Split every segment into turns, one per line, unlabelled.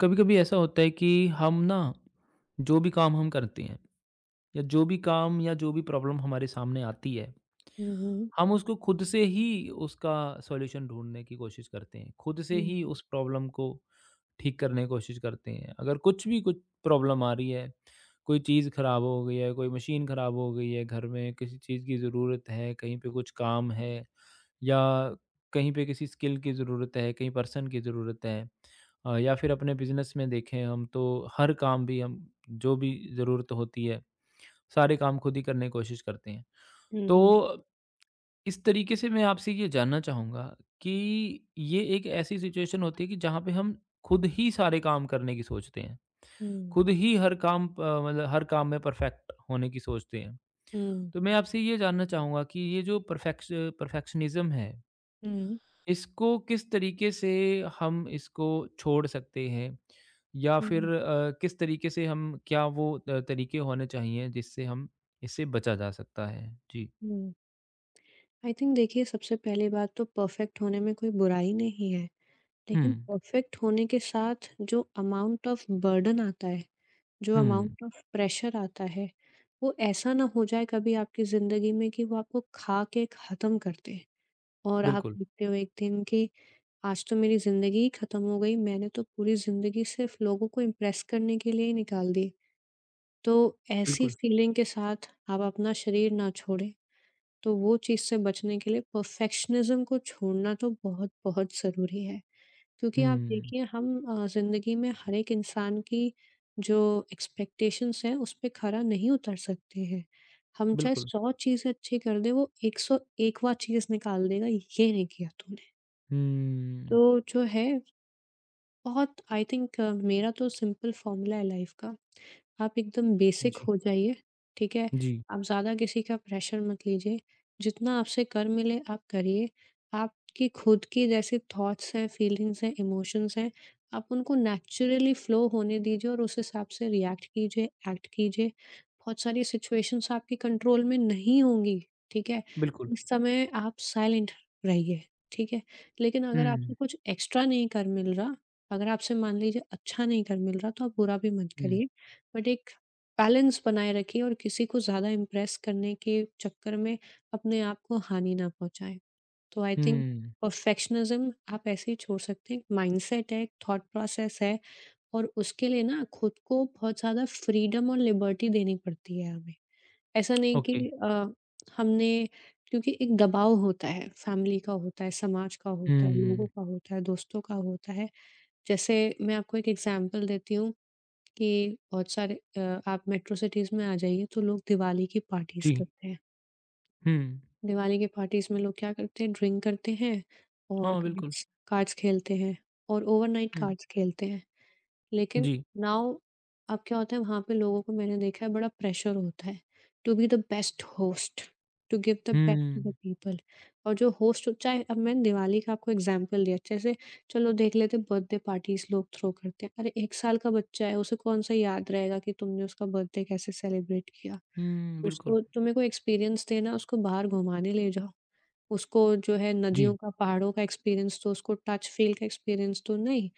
कभी कभी ऐसा होता है कि हम ना जो भी काम हम करते हैं या जो भी प्रॉब्लम हमारे सामने आती है
हुँ, हुँ।
हम उसको खुद से ही उसका सॉल्यूशन ढूंढने की कोशिश करते हैं खुद से
हुँ,
ही उस प्रॉब्लम को ठीक करने की कोशिश करते हैं अगर कुछ प्रॉब्लम आ रही है कोई चीज़ ख़राब हो गई है कोई मशीन ख़राब हो गई है घर में किसी चीज़ की ज़रूरत है कहीं पे कुछ काम है या कहीं पे किसी स्किल की ज़रूरत है, कहीं पर्सन की ज़रूरत है या फिर अपने बिज़नेस में देखें हम तो हर काम भी हम जो भी ज़रूरत होती है, सारे काम खुद ही करने की कोशिश करते हैं।
हुँ,
तो
हुँ,
इस तरीके से मैं आपसे ये जानना चाहूँगा कि ये एक ऐसी सिचुएशन होती है कि जहाँ पे हम खुद ही सारे काम करने की सोचते हैं, खुद ही हर काम प मतलब हर काम में परफ़ेक्ट होने की सोचते हैं।
हुँ,
तो मैं आपसे ये जानना चाहूँगा कि ये जो परफ़ेक्शनिज़्म है
हुँ,
इसको किस तरीके से हम इसको छोड़ सकते हैं या फिर
हुँ,
किस तरीके से हम क्या वो तरीके होने चाहिए जिससे हम इससे बचा जा सकता है? जी।
हुँ। आई थिंक देखिए सबसे पहली बात तो परफ़ेक्ट होने में कोई बुराई नहीं है।
हुँ,
लेकिन परफ़ेक्ट होने के साथ जो अमाउंट ऑफ़ बर्डन आता है, जो
हुँ।
अमाउंट ऑफ़ प्रेशर आता है, वो ऐसा ना हो जाए कभी आपकी ज़िंदगी में कि वो आपको खा के ख़त्म कर दे। और आप
बिल्कुल,
देखते हो एक दिन कि आज तो मेरी ज़िंदगी ही ख़त्म हो गई, मैंने तो पूरी ज़िंदगी सिर्फ़ लोगों को इम्प्रेस करने के लिए ही निकाल दी। तो ऐसी
बिल्कुल।
फीलिंग के साथ आप अपना शरीर ना छोड़ें, तो वो चीज़ से बचने के लिए परफेक्शनिज़्म को छोड़ना तो बहुत-बहुत ज़रूरी है। क्योंकि आप
हुँ,
देखिए हम ज़िंदगी में हर एक इंसान की जो एक्सपेक्टेशंस हैं, उस पे खरा नहीं उतर सकते हैं। हम चाहे
बिल्कुल।
100 चीज़ें अच्छी कर दें, वो 101वाँ चीज़ निकाल देगा, ये नहीं किया तूने। तो
हुँ,
जो है बहुत आई थिंक मेरा तो सिंपल फॉर्मूला है लाइफ का। आप एकदम बेसिक
जी,
हो जाइए, ठीक है?
जी,
आप ज़्यादा किसी का प्रेशर मत लीजिए। जितना आपसे कर मिले आप करिए। आपकी खुद की जैसे थॉट्स हैं, फीलिंग्स हैं, इमोशंस हैं, आप उनको नेचुरली फ्लो होने दीजिए और उस हिसाब से रिएक्ट कीजिए, एक्ट कीजिए। बहुत सारी सिचुएशंस आपके कंट्रोल में नहीं होंगी, ठीक है?
बिल्कुल।
उस समय आप साइलेंट रहिए, ठीक है? लेकिन अगर आपको
हुँ,
कुछ एक्स्ट्रा नहीं कर मिल रहा अगर आपसे मान लीजिए अच्छा नहीं कर मिल रहा तो आप बुरा भी मत
हुँ,
करिए। बट एक बैलेंस बनाए रखिए और किसी को ज़्यादा इम्प्रेस करने के चक्कर में अपने आप को हानि ना पहुँचाएँ। तो आई थिंक
हुँ,
परफेक्शनिज़्म आप ऐसे ही छोड़ सकते हैं। एक माइंडसेट है, एक थॉट प्रोसेस है और उसके लिए ना खुद को बहुत ज़्यादा फ्रीडम और लिबर्टी देनी पड़ती है हमें। ऐसा नहीं कि
ओके।
अ, हमने क्योंकि एक दबाव होता है, फैमिली का होता है, समाज का होता है, लोगों
हुँ,
का होता है, दोस्तों का होता है। जैसे मैं आपको एक एग्जांपल देती हूँ कि बहुत सारे आप मेट्रो सिटीज़ में आ जाइए तो लोग दिवाली की पार्टीज़
जी,
करते हैं।
हुँ,
दिवाली की पार्टीज़ में लोग क्या करते हैं ड्रिंक करते हैं और
हाँ, बिल्कुल।
कार्ड्स कार्ड्स खेलते हैं और ओवरनाइट
हुँ,
कार्ड्स खेलते हैं। लेकिन
जी,
नाउ अब क्या होता है वहाँ पे लोगों को मैंने देखा है बड़ा प्रेशर होता है to be the best host, to give the best to the
हुँ,
पीपल और जो होस्ट चाहे अब मैंने दिवाली का आपको एग्ज़ाम्पल दिया, जैसे चलो देख लेते हैं बर्थडे पार्टीज़ लोग थ्रो करते हैं। अरे 1 साल का बच्चा है उसे कौन-सा याद रहेगा कि तुमने उसका बर्थडे कैसे सेलिब्रेट किया?
हुँ, बिल्कुल।
उसको तुम्हें कोई एक्सपीरियंस देना उसको बाहर घुमाने ले जाओ। उसको जो है नदियों
जी,
का, पहाड़ों का एक्सपीरियंस तो उसको टच फ़ील का एक्सपीरियंस तो नहीं,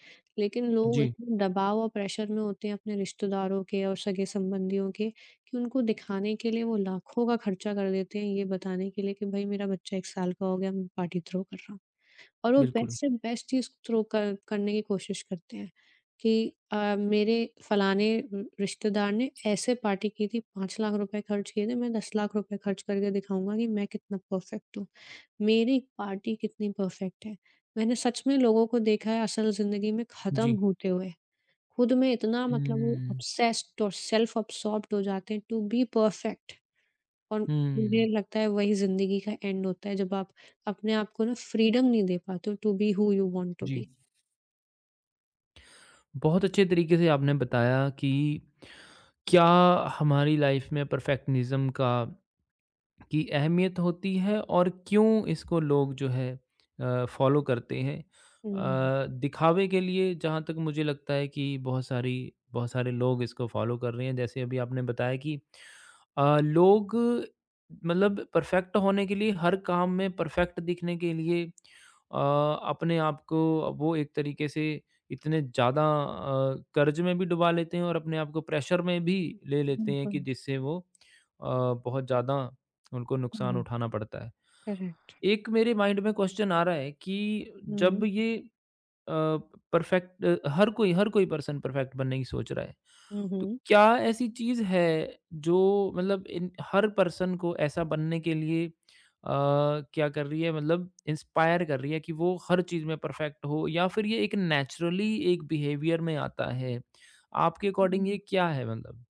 लेकिन लोग
जी,
इतने दबाव और प्रेशर में होते हैं अपने रिश्तेदारों के और सगे-संबंधियों के कि उनको दिखाने के लिए वो लाखों का खर्चा कर देते हैं ये बताने के लिए कि भाई मेरा बच्चा 1 साल का हो गया, मैं पार्टी थ्रो कर रहा हूँ। और वो
बिल्कुल,
बेस्ट से बेस्ट चीज़ थ्रो कर करने की कोशिश करते हैं कि मेरे फलाने र रिश्तेदार ने ऐसे पार्टी की थी, 5 लाख रुपए खर्च किए थे, मैं 10 लाख रुपए खर्च करके दिखाऊँगा कि मैं कितना परफेक्ट हूँ। मेरी पार्टी कितनी परफेक्ट है। मैंने सच में लोगों को देखा है असल ज़िंदगी में ख़त्म
जी।
होते हुए। खुद में इतना मतलब वो
हुँ।
ऑब्सेस्ड और सेल्फ अब्सॉर्ब्ड हो जाते हैं टू बी परफेक्ट और मुझे
हुँ।
लगता है वही ज़िंदगी का एंड होता है जब आप अपने आप को ना फ्रीडम नहीं दे पाते हो to be who you want to
जी,
बी।
बहुत अच्छे तरीके से आपने बताया कि क्या हमारी लाइफ में परफेक्शनिज़्म का की अहमियत होती है और क्यों इसको लोग जो है फ़ॉलो करते हैं।
हुँ,
दिखावे के लिए जहाँ तक मुझे लगता है कि बहुत सारे लोग इसको फ़ॉलो कर रहे हैं। जैसे अभी आपने बताया कि लोग मतलब परफेक्ट होने के लिए हर काम में परफेक्ट दिखने के लिए अ, अपने आप को वो एक तरीके से इतने ज़्यादा कर्ज में भी डुबा लेते हैं और अपने आप को प्रेशर में भी ले लेते हैं कि
बिल्कुल।
जिससे वो अ, बहुत ज़्यादा उनको नुकसान
हाँ।
उठाना पड़ता है।
करेक्ट।
एक मेरे माइंड में क्वेश्चन आ रहा है कि
हुँ।
जब ये अ, परफेक्ट हर कोई पर्सन परफेक्ट बनने की सोच रहा है। तो
हुँ,
क्या ऐसी चीज़ है जो मतलब इन हर पर्सन को ऐसा बनने के लिए क्या कर रही है मतलब इंस्पायर कर रही है कि वो हर चीज़ में परफेक्ट हो या फिर ये एक नेचुरली एक बिहेवियर में आता है? आपके अकॉर्डिंग
हुँ।
ये क्या है मतलब?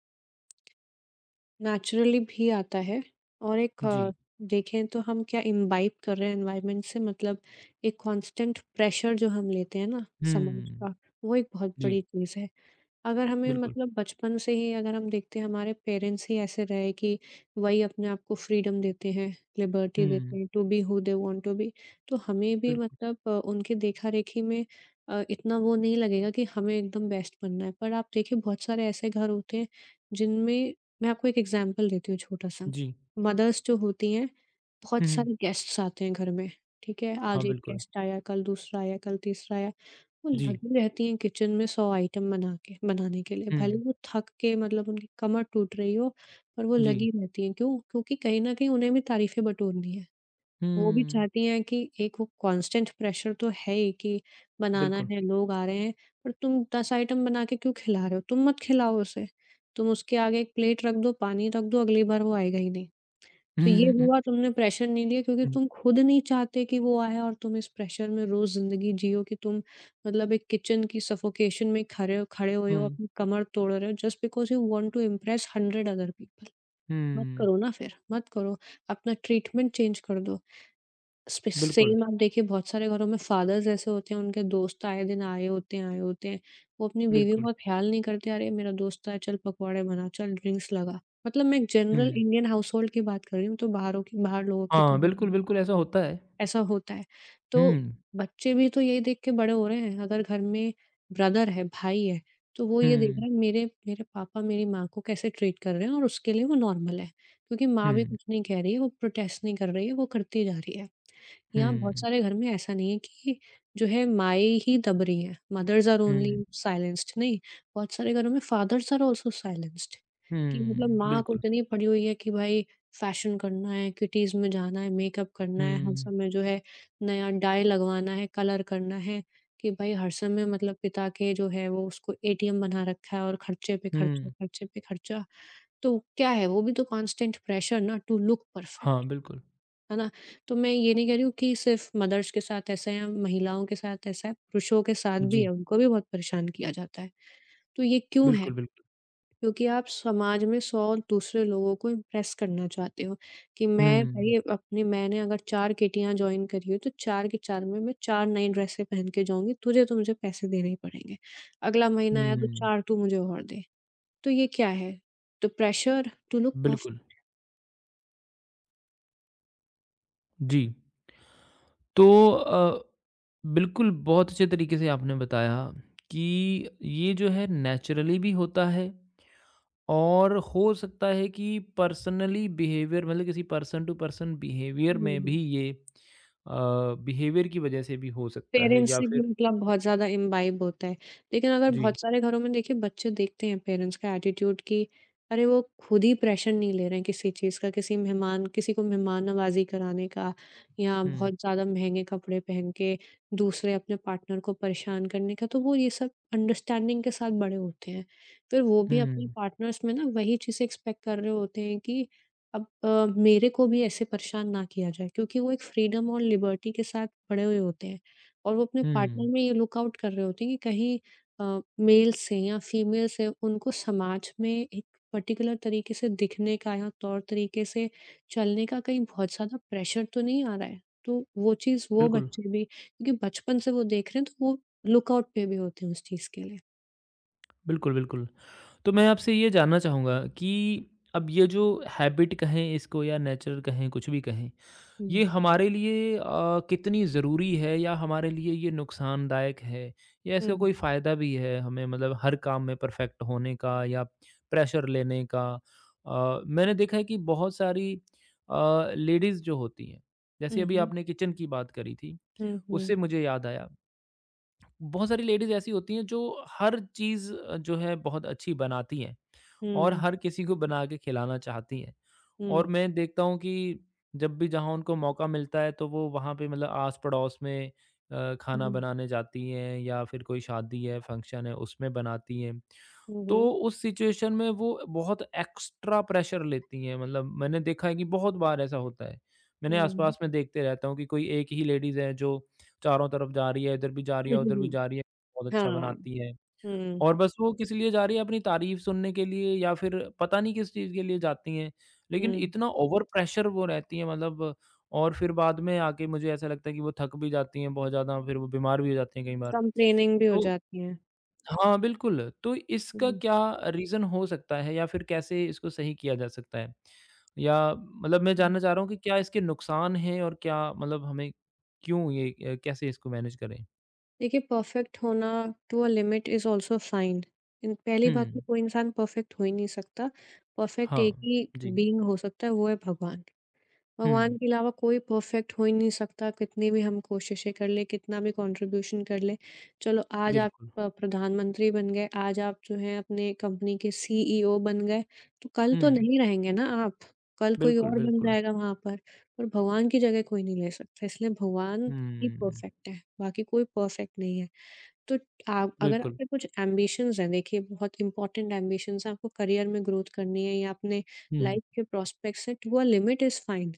नेचुरली भी आता है और एक
जी।
देखें तो हम क्या इम्बाइब कर रहे हैं एनवायरनमेंट से मतलब एक कांस्टेंट प्रेशर जो हम लेते हैं ना समाज
हुँ।
का, वो एक बहुत
जी,
बड़ी चीज़ है। अगर हमें
बिल्कुल।
मतलब बचपन से ही अगर हम देखते हैं हमारे पेरेंट्स ही ऐसे रहे कि वही अपने आप को फ्रीडम देते हैं, लिबर्टी देते
हुँ,
हैं to be who they want to be. तो हमें भी
बिल्कुल।
मतलब उनके देखा-रेखी में इतना वो नहीं लगेगा कि हमें एकदम बेस्ट बनना है। पर आप देखिए बहुत सारे ऐसे घर होते हैं जिनमें मैं आपको एक एग्ज़ाम्पल देती हूँ छोटा-सा।
जी।
मदर्स जो होती हैं, बहुत
हुँ, हुँ।
सारे गेस्ट्स आते हैं घर में, ठीक है?
हाँ,
आज एक
बिल्कुल।
गेस्ट आया, कल दूसरा आया, कल तीसरा आया। वो
जी।
लगी रहती हैं किचन में 100 आइटम बना के बनाने के लिए, भले
हुँ,
वो थक के मतलब उनकी कमर टूट रही हो, पर वो
जी।
लगी रहती हैं, क्यों? क्योंकि कहीं न कहीं उन्हें भी तारीफ़ें बटोरनी है। वो भी
हुँ,
चाहती हैं कि एक वो कांस्टेंट प्रेशर तो है ही कि बनाना
बिल्कुल।
है, लोग आ रहे हैं, पर तुम 10 आइटम बना के क्यों खिला रहे हो? तुम मत खिलाओ उसे, तुम उसके आगे एक प्लेट रख दो, पानी रख दो, अगली बार वो आएगा ही नहीं।
हुँ,
तो ये
हुँ, हुँ,
हुआ तुमने प्रेशर नहीं लिया क्योंकि
हुँ,
तुम खुद नहीं चाहते कि वो आए और तुम इस प्रेशर में रोज़ ज़िंदगी जियो कि तुम मतलब एक किचन की सफोकेशन में खड़े हुए हो,
हुँ,
अपनी कमर तोड़ रहे हो just because you want to impress 100 other people. मत
हुँ,
करो ना फिर, मत करो। अपना ट्रीटमेंट चेंज कर दो। स्पे
बिल्कुल,
सेम आप देखिए बहुत सारे घरों में फादर्स ऐसे होते हैं, उनके दोस्त आए दिन आए होते हैं। वो अपनी बीवियों
बिल्कुल।
का ख़्याल नहीं करते, "अरे! मेरा दोस्त आया, चल पकौड़े बना, चल ड्रिंक्स लगा।" मतलब मैं एक जनरल
हुँ।
इंडियन हाउसहोल्ड की बात कर रही हूँ, तो बाहरों की बाहर लोगों की तो
हाँ,
बिल्कुल
बिल्कुल,
नहीं
बिल्कुल
करते।
ऐसा होता है।
ऐसा होता है। तो
हुँ,
बच्चे भी तो यही देख के बड़े हो रहे हैं, अगर घर में ब्रदर है, भाई है, तो वो ये देख
हुँ,
रहा है मेरे मेरे पापा मेरी माँ को कैसे ट्रीट कर रहे हैं और उसके लिए वो नॉर्मल है। क्योंकि माँ भी
हुँ,
कुछ नहीं कह रही है, वो प्रोटेस्ट नहीं कर रही है, वो करती जा रही है। यहाँ बहुत
हुँ,
सारे घर में ऐसा नहीं है कि जो है माएँ ही दब रही हैं, मदर्स आर
हुँ,
ओनली साइलेंस्ड नहीं, बहुत सारे घरों में फादर्स आर आल्सो साइलेंस्ड कि मतलब
हुँ,
माँ को
बिल्कुल।
इतनी पड़ी हुई है कि भाई फैशन करना है, किटीज़ में जाना है, मेकअप करना है, हर
हुँ,
समय जो है नया डाई लगवाना है, कलर करना है कि भाई हर समय मतलब पिता के जो है वो उसको ATM बना रखा है और खर्चे पे खर्चा,
हुँ,
खर्चे पे खर्चा। तो क्या है वो भी तो कांस्टेंट प्रेशर ना टू लुक
हाँ,
परफेक्ट।
बिल्कुल।
है ना? तो मैं ये नहीं कह रही हूँ कि सिर्फ़ मदर्स के साथ ऐसा है या महिलाओं के साथ ऐसा है, पुरुषों के साथ भी है,
जी,
उनको भी बहुत परेशान किया जाता है। तो ये क्यों है?
बिल्कुल, बिल्कुल।
क्योंकि आप समाज में 100 दूसरे लोगों को इम्प्रेस करना चाहते हो कि मैं
हुँ,
भई अपनी मैंने अगर 4 किटीयाँ जॉइन करी है, तो 4 की 4 में मैं 4 नई ड्रेसें पहन के जाऊँगी, तुझे तो मुझे पैसे देने ही पड़ेंगे। अगला महीना आया तो
हुँ,
4 तू मुझे और दे। तो ये क्या है? तो प्रेशर टू लुक
बिल्कुल, जी। तो अ, बिल्कुल बहुत अच्छे तरीके से आपने बताया कि ये जो है नेचुरली भी होता है और हो सकता है कि पर्सनली बिहेवियर मतलब किसी पर्सन टू पर्सन बिहेवियर में भी
परफेक्ट।
ये बिहेवियर की वजह से भी हो सकता है
पेरेंट्स
या
से भी
फिर
मतलब बहुत ज़्यादा इम्बाइब होता है। लेकिन अगर
जी।
बहुत सारे घरों में देखिए बच्चे देखते हैं पेरेंट्स का एटीट्यूड कि अरे, वो खुद ही प्रेशर नहीं ले रहे हैं किसी चीज़ का, किसी मेहमान किसी को मेहमान नवाज़ी कराने का या
हुँ,
बहुत ज़्यादा महँगे कपड़े पहन के दूसरे अपने पार्टनर को परेशान करने का, तो वो ये सब अंडरस्टैंडिंग के साथ बड़े होते हैं। फिर वो भी अपने
हुँ,
पार्टनर्स में ना वही चीज़ें एक्सपेक्ट कर रहे होते हैं कि अब मेरे को भी ऐसे परेशान ना किया जाए क्योंकि वो एक फ्रीडम और लिबर्टी के साथ बड़े हुए होते हैं। और वो अपने पार्टनर
हुँ,
में ये लुक आउट कर रहे होते हैं कि कहीं मेल्स हैं या फीमेल्स हैं, उनको समाज में एक पर्टिकुलर तरीके से दिखने का या तौर-तरीके से चलने का कहीं बहुत ज़्यादा प्रेशर तो नहीं आ रहा है। तो वो चीज़ वो
बिल्कुल।
बच्चे भी क्योंकि बचपन से वो देख रहे हैं, तो वो लुक आउट पे भी होते हैं उस चीज़ के लिए।
बिल्कुल, बिल्कुल। तो मैं आपसे ये जानना चाहूँगा कि अब ये जो हैबिट कहें इसको या नेचर कहें, कुछ भी कहें,
हुँ।
ये हमारे लिए कितनी ज़रूरी है या हमारे लिए ये नुकसानदायक है? या
हुँ,
इसका कोई फ़ायदा भी है हमें मतलब हर काम में परफ़ेक्ट होने का या प्रेशर लेने का? मैंने देखा है कि बहुत सारी लेडीज़ जो होती हैं, जैसे
हुँ,
अभी
हुँ,
आपने किचन की बात करी थी,
हुँ, हुँ,
उससे मुझे याद आया बहुत सारी लेडीज़ ऐसी होती हैं जो हर चीज़ जो है बहुत अच्छी बनाती हैं और
हुँ,
हर किसी को बना के खिलाना चाहती हैं। और
हुँ,
मैं देखता हूँ कि जब भी जहाँ उनको मौका मिलता है तो वो वहाँ पे मतलब आस-पड़ोस में खाना
हुँ,
बनाने जाती हैं या फिर कोई शादी है, फंक्शन है उसमें बनाती हैं।
हुँ,
तो
हुँ,
उस सिचुएशन में वो बहुत एक्स्ट्रा प्रेशर लेती हैं मतलब मैंने देखा है कि बहुत बार ऐसा होता है। मैंने
हुँ।
आस-पास में देखते रहता हूँ कि कोई एक ही लेडीज़ है जो चारों तरफ जा रही है, इधर भी जा रही है, उधर भी जा रही है, बहुत अच्छा
हाँ,
बनाती है।
हुँ,
और बस वो किस लिए जा रही है अपनी तारीफ़ सुनने के लिए या फिर पता नहीं किस चीज़ के लिए जाती हैं। लेकिन
हुँ।
इतना ओवर प्रेशर वो रहती हैं मतलब और फिर बाद में आके मुझे ऐसा लगता है कि वो थक भी जाती हैं बहुत ज़्यादा, फिर वो बीमार भी हो जाती हैं कई बार।
कंप्लेनिंग भी हो
तो
जाती हैं।
हाँ, बिल्कुल। तो इसका
हुँ।
क्या रीज़न हो सकता है या फिर कैसे इसको सही किया जा सकता है? या मतलब मैं जानना चाह रहा हूँ कि क्या इसके नुकसान हैं और क्या मतलब हमें क्यों ये कैसे इसको मैनेज करें?
देखिए परफेक्ट होना to a limit is also fine. इन पहली
हुँ,
बात तो कोई इंसान परफेक्ट हो ही नहीं सकता। परफेक्ट
हाँ,
एक ही
जी।
बीइंग हो सकता है वो है भगवान।
हुँ,
भगवान के अलावा कोई परफेक्ट हो ही नहीं सकता कितनी भी हम कोशिशें कर लें, कितना भी कंट्रीब्यूशन कर लें। चलो आज आप
बिल्कुल।
प प्रधानमंत्री बन गए, आज आप जो हैं अपने कंपनी के CEO बन गए, तो कल तो
हुँ,
नहीं रहेंगे ना आप। कल कोई
बिल्कुल,
और बन
बिल्कुल।
जाएगा वहाँ पर और भगवान की जगह कोई नहीं ले सकता। इसलिए भगवान ही
हुँ,
परफेक्ट है, बाकी कोई परफेक्ट नहीं है। तो आ अगर
बिल्कुल।
आपके कुछ एम्बिशंस हैं, देखिए बहुत इम्पोर्टेंट एम्बिशंस हैं, आपको करियर में ग्रोथ करनी है या अपने
हुँ,
लाइफ के प्रॉस्पेक्ट्स हैं, to a limit is fine.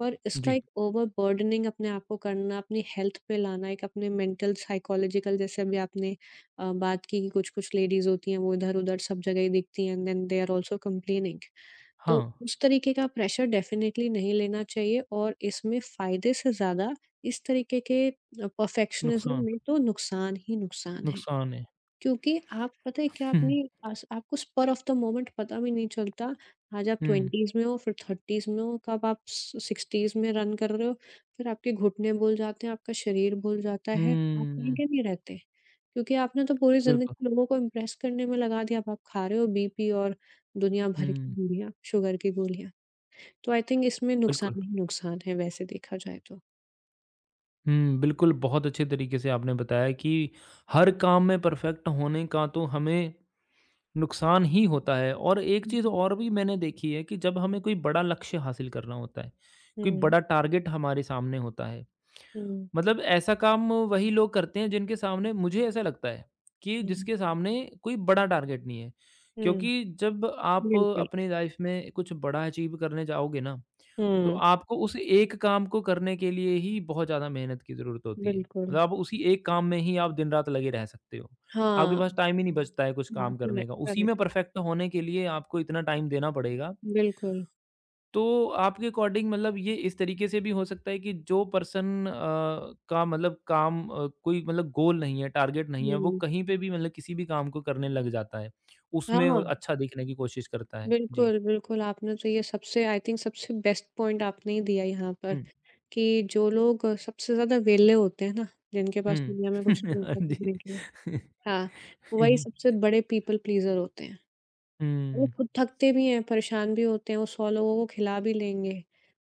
पर इसका
जी।
एक ओवरबर्डनिंग अपने आप को करना, अपनी हेल्थ पे लाना, एक अपने मेंटल, साइकोलॉजिकल जैसे अभी आपने बात की कि कुछ-कुछ लेडीज़ होती हैं, वो इधर-उधर सब जगह ही दिखती हैं and then they are also complaining. तो
हाँ,
उस तरीके का प्रेशर डेफ़िनेटली नहीं लेना चाहिए और इसमें फ़ायदे से ज़्यादा इस तरीके के परफ़ेक्शनिज़्म
नुकसान
में तो नुकसान ही नुकसान है।
नुकसान है।
क्योंकि आप पता है क्या
हुँ,
आपने आस आपको स्पर ऑफ द मोमेंट पता भी नहीं चलता। आज आप
हुँ,
20s में हो, फिर 30s में हो, कब आप स 60s में रन कर रहे हो, फिर आपके घुटने भूल जाते हैं, आपका शरीर भूल जाता है, आप कहीं
हुँ,
के नहीं रहते। क्योंकि आपने तो पूरी ज़िंदगी
बिल्कुल।
लोगों को इम्प्रेस करने में लगा दिया, अब आप खा रहे हो BP और दुनिया भर की
हुँ,
गोलियाँ, शुगर की गोलियाँ। तो आई थिंक इसमें
बिल्कुल।
नुकसान ही नुकसान है वैसे देखा जाए तो।
हुँ, बिल्कुल, बहुत अच्छे तरीके से आपने बताया कि हर काम में परफ़ेक्ट होने का तो हमें नुकसान ही होता है और एक
हुँ,
चीज़
हुँ,
और भी मैंने देखी है कि जब हमें कोई बड़ा लक्ष्य हासिल करना होता है, कोई
हुँ,
बड़ा टारगेट हमारे सामने होता है,
हुँ,
मतलब ऐसा काम वही लोग करते हैं जिनके सामने मुझे ऐसा लगता है कि
हुँ,
जिसके सामने कोई बड़ा टारगेट नहीं है।
हुँ,
क्योंकि जब आप
बिल्कुल।
अपनी लाइफ़ में कुछ बड़ा अचीव करने जाओगे ना तो
हुँ,
आपको उस एक काम को करने के लिए ही बहुत ज़्यादा मेहनत की ज़रूरत होती है।
बिल्कुल।
मतलब आप उसी एक काम में ही आप दिन-रात लगे रह सकते हो। आपके
हाँ,
पास टाइम ही नहीं बचता है कुछ
हाँ,
काम करने
करेक्ट,
का। उसी में
करेक्ट,
परफ़ेक्ट होने के लिए आपको इतना टाइम देना पड़ेगा।
बिल्कुल।
तो आपके अकॉर्डिंग मतलब ये इस तरीके से भी हो सकता है कि जो पर्सन का मतलब काम कोई मतलब गोल नहीं है, टारगेट नहीं है, वो
हुँ,
कहीं पे भी मतलब किसी भी काम को करने लग जाता है। उसमें वो
हाँ,
अच्छा दिखने की कोशिश करता है। जी।
बिल्कुल, बिल्कुल, आपने तो ये सबसे आई थिंक सबसे बेस्ट पॉइंट आपने ही दिया यहाँ पर
हुँ।
कि जो लोग सबसे ज़्यादा वेले होते हैं ना, जिनके पास
हुँ।
दुनिया में कुछ नहीं
हाँ
होता करने के लिए
जी।
हाँ, वही सबसे बड़े पीपल प्लीज़र होते हैं। वो
हुँ।
खुद थकते भी हैं, परेशान भी होते हैं, वो 100 लोगों को खिला भी लेंगे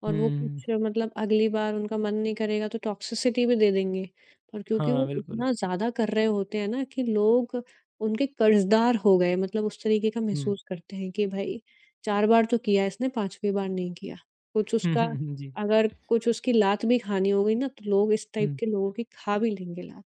और वो
हुँ,
कुछ मतलब अगली बार उनका मन नहीं करेगा तो टॉक्सिसिटी भी दे देंगे। पर क्योंकि
हाँ,
वो
बिल्कुल।
इतना ज़्यादा कर रहे होते हैं ना कि लोग उनके कर्ज़दार हो गए मतलब उस तरीके का
हुँ।
महसूस करते हैं कि भाई 4 बार तो किया इसने 5वीं बार नहीं किया। कुछ उसका
जी।
अगर कुछ उसकी लात भी खानी हो गई ना तो लोग इस टाइप
हुँ,
के लोगों की खा भी लेंगे लात।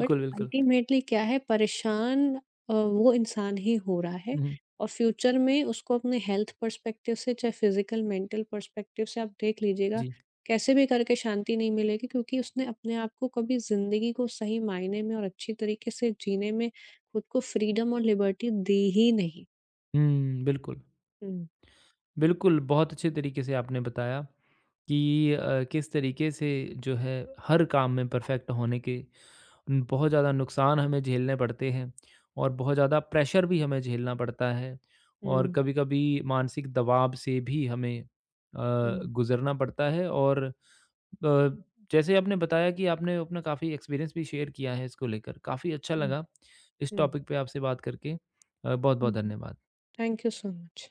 बट
बिल्कुल।
अल्टीमेटली क्या है परेशान वो इंसान ही हो रहा है।
हुँ,
और फ्यूचर में उसको अपने हेल्थ पर्सपेक्टिव से चाहे फिज़िकल, मेंटल पर्सपेक्टिव से आप देख लीजिएगा,
जी।
कैसे भी करके शांति नहीं मिलेगी क्योंकि उसने अपने आप को कभी ज़िंदगी को सही मायने में और अच्छी तरीके से जीने में खुद को फ्रीडम और लिबर्टी दी ही नहीं।
हुँ, बिल्कुल।
हुँ,
बिल्कुल, बहुत अच्छे तरीके से आपने बताया कि किस तरीके से जो है हर काम में परफ़ेक्ट होने के बहुत ज़्यादा नुकसान हमें झेलने पड़ते हैं और बहुत ज़्यादा प्रेशर भी हमें झेलना पड़ता है और
हुँ,
कभी-कभी मानसिक दबाव से भी हमें
हुँ,
गुज़रना पड़ता है और अ, जैसे आपने बताया कि आपने अपना काफ़ी एक्सपीरियंस भी शेयर किया है इसको लेकर, काफ़ी अच्छा
हुँ,
लगा इस
हुँ।
टॉपिक पे आपसे बात करके। बहुत-बहुत धन्यवाद।
Thank you so much.